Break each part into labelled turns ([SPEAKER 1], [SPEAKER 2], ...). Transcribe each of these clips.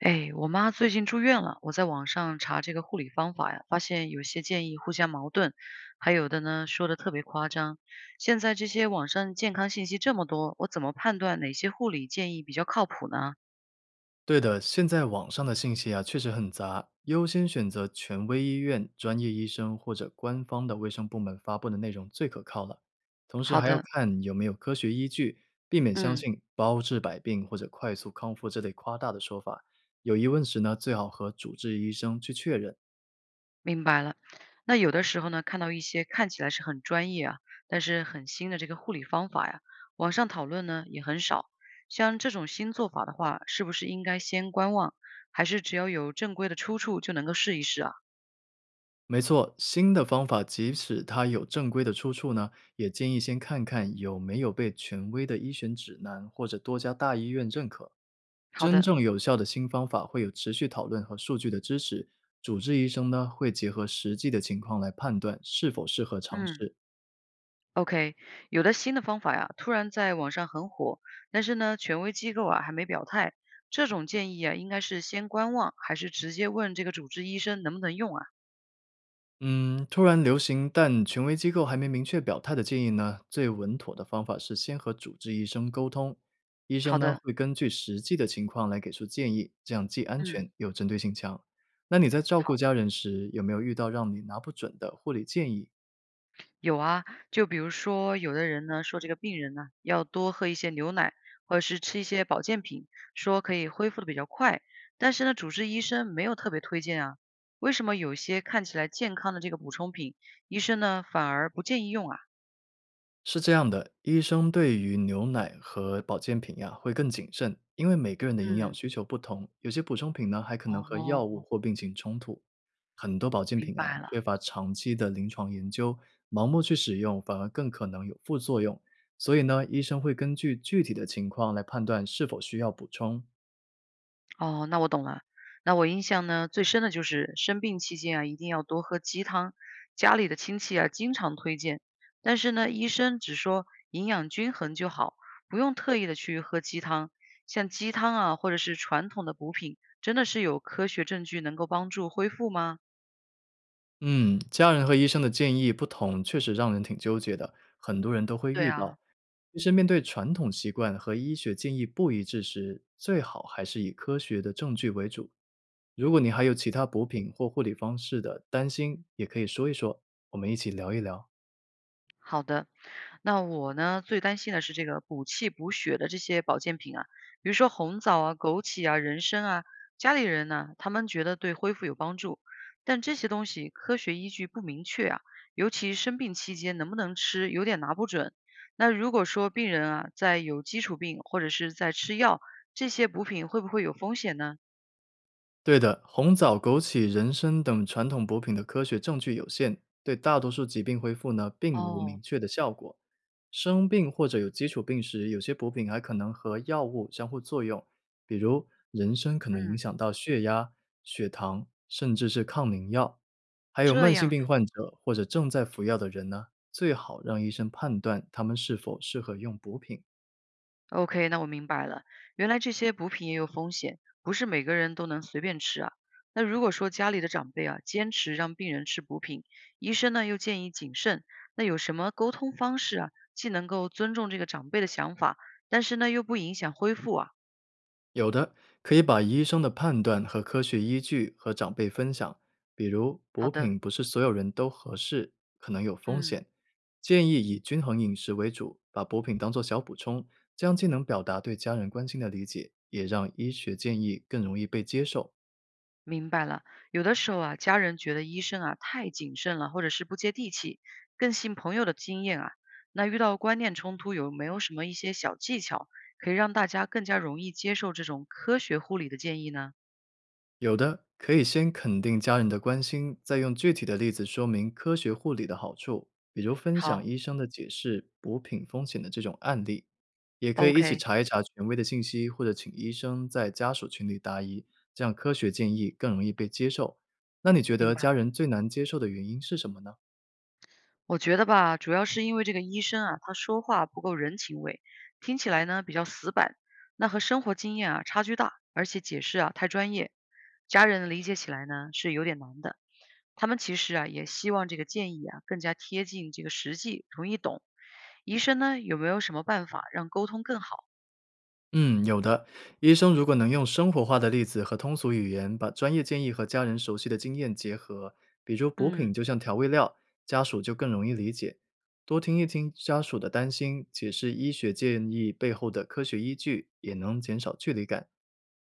[SPEAKER 1] 哎，我妈最近住院了，我在网上查这个护理方法呀，发现有些建议互相矛盾，还有的呢说的特别夸张。现在这些网上健康信息这么多，我怎么判断哪些护理建议比较靠谱呢？
[SPEAKER 2] 对的，现在网上的信息啊，确实很杂，优先选择权威医院、专业医生或者官方的卫生部门发布的内容最可靠了。同时
[SPEAKER 1] 好
[SPEAKER 2] 还要
[SPEAKER 1] 的，
[SPEAKER 2] 看有没有科学依据，避免相
[SPEAKER 1] 嗯，
[SPEAKER 2] 信“包治百病”或者“快速康复”这类夸大的说法。有疑问时呢，最好和主治医生去确认。
[SPEAKER 1] 明白了。那有的时候呢，看到一些看起来是很专业啊，但是很新的这个护理方法呀，网上讨论呢也很少。像这种新做法的话，是不是应该先观望，还是只要有正规的出处就能够试一试啊？
[SPEAKER 2] 没错，新的方法即使它有正规的出处呢，也建议先看看有没有被权威的医学指南或者多家大医院认可。
[SPEAKER 1] 好
[SPEAKER 2] 真
[SPEAKER 1] 的。
[SPEAKER 2] 正有效的新方法会有持续讨论和数据的支持，主治医生呢会结合实际的情况来判断是否适合尝
[SPEAKER 1] 嗯
[SPEAKER 2] 试。
[SPEAKER 1] ，OK，有的新的方法呀，突然在网上很火，但是呢，权威机构啊还没表态。这种建议啊，应该是先观望，还是直接问这个主治医生能不能用啊？
[SPEAKER 2] 嗯，突然流行但权威机构还没明确表态的建议呢，最稳妥的方法是先和主治医生沟通，医生
[SPEAKER 1] 好
[SPEAKER 2] 呢
[SPEAKER 1] 的，
[SPEAKER 2] 会根据实际的情况来给出建议，这样既安
[SPEAKER 1] 嗯，
[SPEAKER 2] 全又针对性强。那你在照顾
[SPEAKER 1] 好，
[SPEAKER 2] 家人时，有没有遇到让你拿不准的护理建议？
[SPEAKER 1] 有啊，就比如说有的人呢说这个病人呢要多喝一些牛奶，或者是吃一些保健品，说可以恢复的比较快，但是呢，主治医生没有特别推荐啊。为什么有些看起来健康的这个补充品，医生呢反而不建议用啊？
[SPEAKER 2] 是这样的，医生对于牛奶和保健品呀、会更谨慎，因为每个人的营养
[SPEAKER 1] 嗯。
[SPEAKER 2] 需求不同，有些补充品呢还可能和药
[SPEAKER 1] 哦，
[SPEAKER 2] 物或病情冲突。很多保健
[SPEAKER 1] 明
[SPEAKER 2] 品啊
[SPEAKER 1] 白了。
[SPEAKER 2] 缺乏长期的临床研究，盲目去使用反而更可能有副作用。所以呢，医生会根据具体的情况来判断是否需要补充。
[SPEAKER 1] 哦，那我懂了。那我印象呢，最深的就是生病期间啊，一定要多喝鸡汤，家里的亲戚啊经常推荐，但是呢，医生只说营养均衡就好，不用特意的去喝鸡汤。像鸡汤啊，或者是传统的补品，真的是有科学证据能够帮助恢复吗？
[SPEAKER 2] 嗯，家人和医生的建议不同，确实让人挺纠结的，很多人都会
[SPEAKER 1] 对
[SPEAKER 2] 遇
[SPEAKER 1] 啊。
[SPEAKER 2] 到。其实面对传统习惯和医学建议不一致时，最好还是以科学的证据为主。如果你还有其他补品或护理方式的担心，也可以说一说，我们一起聊一聊。
[SPEAKER 1] 好的，那我呢最担心的是这个补气补血的这些保健品啊，比如说红枣啊、枸杞啊、人参啊，家里人呢他们觉得对恢复有帮助，但这些东西科学依据不明确啊，尤其生病期间能不能吃有点拿不准。那如果说病人啊在有基础病或者是在吃药，这些补品会不会有风险呢？
[SPEAKER 2] 对的，红枣、枸杞、人参等传统补品的科学证据有限，对大多数疾病恢复呢，并无
[SPEAKER 1] 哦，
[SPEAKER 2] 明确的效果。生病或者有基础病时，有些补品还可能和药物相互作用，比如人参可能影
[SPEAKER 1] 嗯，
[SPEAKER 2] 响到血压、血糖，甚至是抗凝药。还有
[SPEAKER 1] 这
[SPEAKER 2] 慢性
[SPEAKER 1] 样啊
[SPEAKER 2] 病患者或者正在服药的人呢，最好让医生判断他们是否适合用补品。
[SPEAKER 1] OK，那我明白了，原来这些补品也有风险，不是每个人都能随便吃啊。那如果说家里的长辈啊，坚持让病人吃补品，医生呢又建议谨慎，那有什么沟通方式啊，既能够尊重这个长辈的想法，但是呢又不影响恢复啊？
[SPEAKER 2] 有的可以把医生的判断和科学依据和长辈分享，比如
[SPEAKER 1] 好
[SPEAKER 2] 补
[SPEAKER 1] 的，
[SPEAKER 2] 品不是所有人都合适，可能有风
[SPEAKER 1] 嗯。
[SPEAKER 2] 险，建议以均衡饮食为主，把补品当做小补充，这样既能表达对家人关心的理解，也让医学建议更容易被接受。
[SPEAKER 1] 明白了，有的时候啊，家人觉得医生啊太谨慎了，或者是不接地气，更信朋友的经验啊。那遇到观念冲突，有没有什么一些小技巧可以让大家更加容易接受这种科学护理的建议呢？
[SPEAKER 2] 有的可以先肯定家人的关心，再用具体的例子说明科学护理的好处，比如分享
[SPEAKER 1] 好
[SPEAKER 2] 医生的解释、补品风险的这种案例。也可以一起
[SPEAKER 1] ，OK，
[SPEAKER 2] 查一查权威的信息，或者请医生在家属群里答疑，这样科学建议更容易被接受。那你觉
[SPEAKER 1] 明
[SPEAKER 2] 得
[SPEAKER 1] 白。
[SPEAKER 2] 家人最难接受的原因是什么呢？
[SPEAKER 1] 我觉得吧，主要是因为这个医生啊，他说话不够人情味，听起来呢比较死板，那和生活经验啊差距大，而且解释啊太专业，家人理解起来呢是有点难的。他们其实啊也希望这个建议啊更加贴近这个实际，容易懂。医生呢有没有什么办法让沟通更好？
[SPEAKER 2] 嗯，有的。医生如果能用生活化的例子和通俗语言，把专业建议和家人熟悉的经验结合，比如补品
[SPEAKER 1] 嗯，
[SPEAKER 2] 就像调味料，家属就更容易理解。多听一听家属的担心，解释医学建议背后的科学依据，也能减少距离感。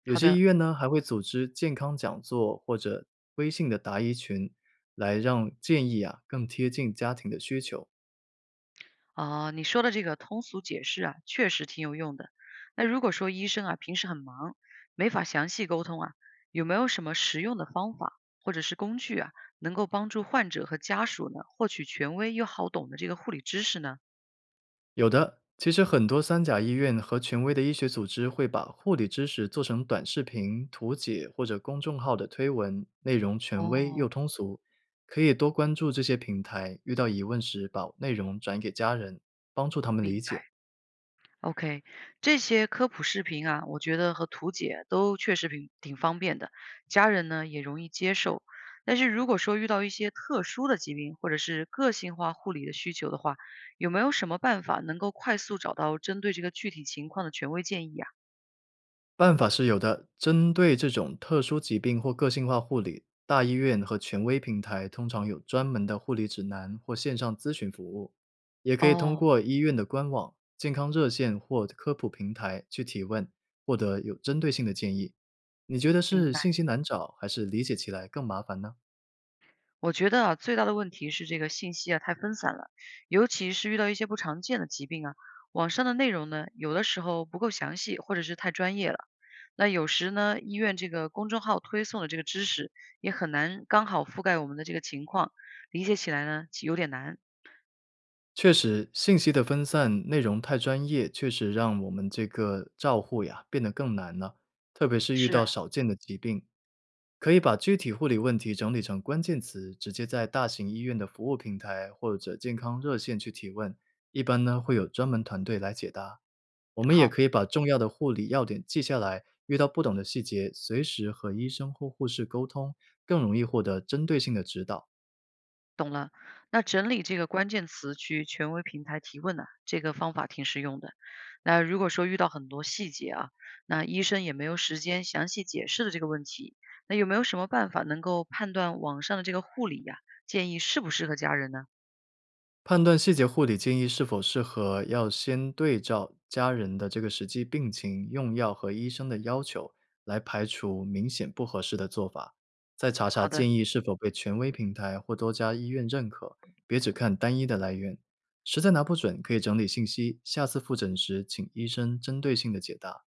[SPEAKER 2] 有
[SPEAKER 1] 好
[SPEAKER 2] 些医
[SPEAKER 1] 的。
[SPEAKER 2] 院呢，还会组织健康讲座或者微信的答疑群，来让建议啊更贴近家庭的需求。
[SPEAKER 1] 哦，你说的这个通俗解释啊，确实挺有用的。那如果说医生啊平时很忙，没法详细沟通啊，有没有什么实用的方法或者是工具啊，能够帮助患者和家属呢获取权威又好懂的这个护理知识呢？
[SPEAKER 2] 有的，其实很多三甲医院和权威的医学组织会把护理知识做成短视频、图解或者公众号的推文，内容权威又
[SPEAKER 1] 哦，
[SPEAKER 2] 通俗，可以多关注这些平台，遇到疑问时把内容转给家人，帮助他们理
[SPEAKER 1] 明
[SPEAKER 2] 解。
[SPEAKER 1] 白。OK，这些科普视频啊，我觉得和图解都确实挺方便的，家人呢也容易接受。但是如果说遇到一些特殊的疾病或者是个性化护理的需求的话，有没有什么办法能够快速找到针对这个具体情况的权威建议啊？
[SPEAKER 2] 办法是有的，针对这种特殊疾病或个性化护理，大医院和权威平台通常有专门的护理指南或线上咨询服务，也可以通
[SPEAKER 1] 哦，
[SPEAKER 2] 过医院的官网、健康热线或科普平台去提问，获得有针对性的建议。你觉得
[SPEAKER 1] 明
[SPEAKER 2] 是信
[SPEAKER 1] 白。
[SPEAKER 2] 息难找，还是理解起来更麻烦呢？
[SPEAKER 1] 我觉得啊，最大的问题是这个信息啊太分散了，尤其是遇到一些不常见的疾病啊，网上的内容呢，有的时候不够详细，或者是太专业了。那有时呢，医院这个公众号推送的这个知识也很难刚好覆盖我们的这个情况，理解起来呢有点难。
[SPEAKER 2] 确实，信息的分散、内容太专业，确实让我们这个照护呀变得更难了。特别是遇
[SPEAKER 1] 是
[SPEAKER 2] 到
[SPEAKER 1] 啊，
[SPEAKER 2] 少见的疾病，可以把具体护理问题整理成关键词，直接在大型医院的服务平台或者健康热线去提问，一般呢会有专门团队来解答。我们也
[SPEAKER 1] 好。
[SPEAKER 2] 可以把重要的护理要点记下来，遇到不懂的细节，随时和医生或护士沟通，更容易获得针对性的指导。
[SPEAKER 1] 懂了，那整理这个关键词去权威平台提问呢、这个方法挺实用的。那如果说遇到很多细节啊，那医生也没有时间详细解释的这个问题，那有没有什么办法能够判断网上的这个护理呀、建议适不适合家人呢？
[SPEAKER 2] 判断细节护理建议是否适合，要先对照家人的这个实际病情、用药和医生的要求，来排除明显不合适的做法。再查查
[SPEAKER 1] 好的。
[SPEAKER 2] 建议是否被权威平台或多家医院认可，别只看单一的来源。实在拿不准，可以整理信息，下次复诊时请医生针对性的解答。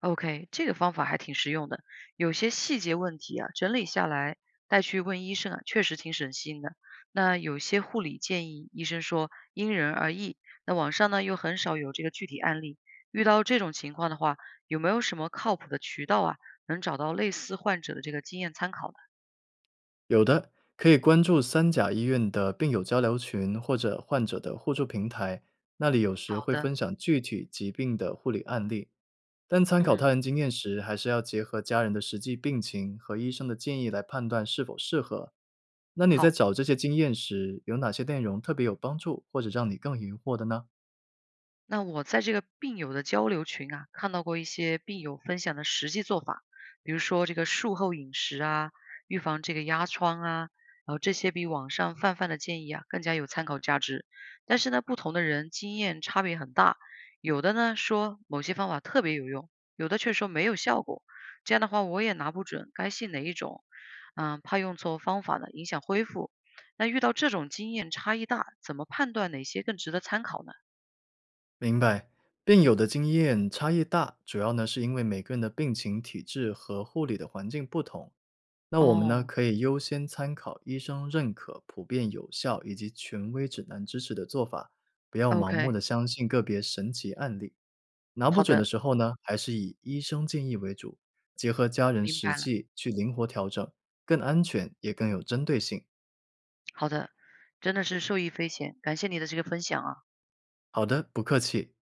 [SPEAKER 1] OK，这个方法还挺实用的。有些细节问题啊，整理下来带去问医生啊，确实挺省心的。那有些护理建议，医生说因人而异。那网上呢又很少有这个具体案例。遇到这种情况的话，有没有什么靠谱的渠道啊，能找到类似患者的这个经验参考的？
[SPEAKER 2] 有的可以关注三甲医院的病友交流群或者患者的互助平台，那里有
[SPEAKER 1] 好
[SPEAKER 2] 时会
[SPEAKER 1] 的，
[SPEAKER 2] 分享具体疾病的护理案例。但参考
[SPEAKER 1] 嗯，
[SPEAKER 2] 他人经验时，还是要结合家人的实际病情和医生的建议来判断是否适合。那你在
[SPEAKER 1] 好。
[SPEAKER 2] 找这些经验时，有哪些内容特别有帮助，或者让你更疑惑的呢？
[SPEAKER 1] 那我在这个病友的交流群啊，看到过一些病友分享的实际做法，比如说这个术后饮食啊，预防这个压疮啊，然后这些比网上泛泛的建议啊更加有参考价值。但是呢，不同的人经验差别很大，有的呢说某些方法特别有用，有的却说没有效果。这样的话，我也拿不准该信哪一种，嗯，怕用错方法呢，影响恢复。那遇到这种经验差异大，怎么判断哪些更值得参考呢？
[SPEAKER 2] 明白，病友的经验差异大，主要呢是因为每个人的病情、体质和护理的环境不同。那我们呢
[SPEAKER 1] 哦，
[SPEAKER 2] 可以优先参考医生认可、普遍有效以及权威指南支持的做法，不要盲目
[SPEAKER 1] OK，
[SPEAKER 2] 的相信个别神奇案例。拿不
[SPEAKER 1] 好
[SPEAKER 2] 准的
[SPEAKER 1] 的，
[SPEAKER 2] 时候呢，还是以医生建议为主，结合家人
[SPEAKER 1] 明
[SPEAKER 2] 实
[SPEAKER 1] 白了，
[SPEAKER 2] 际去灵活调整，更安全也更有针对性。
[SPEAKER 1] 好的，真的是受益匪浅，感谢你的这个分享啊。
[SPEAKER 2] 好的，不客气。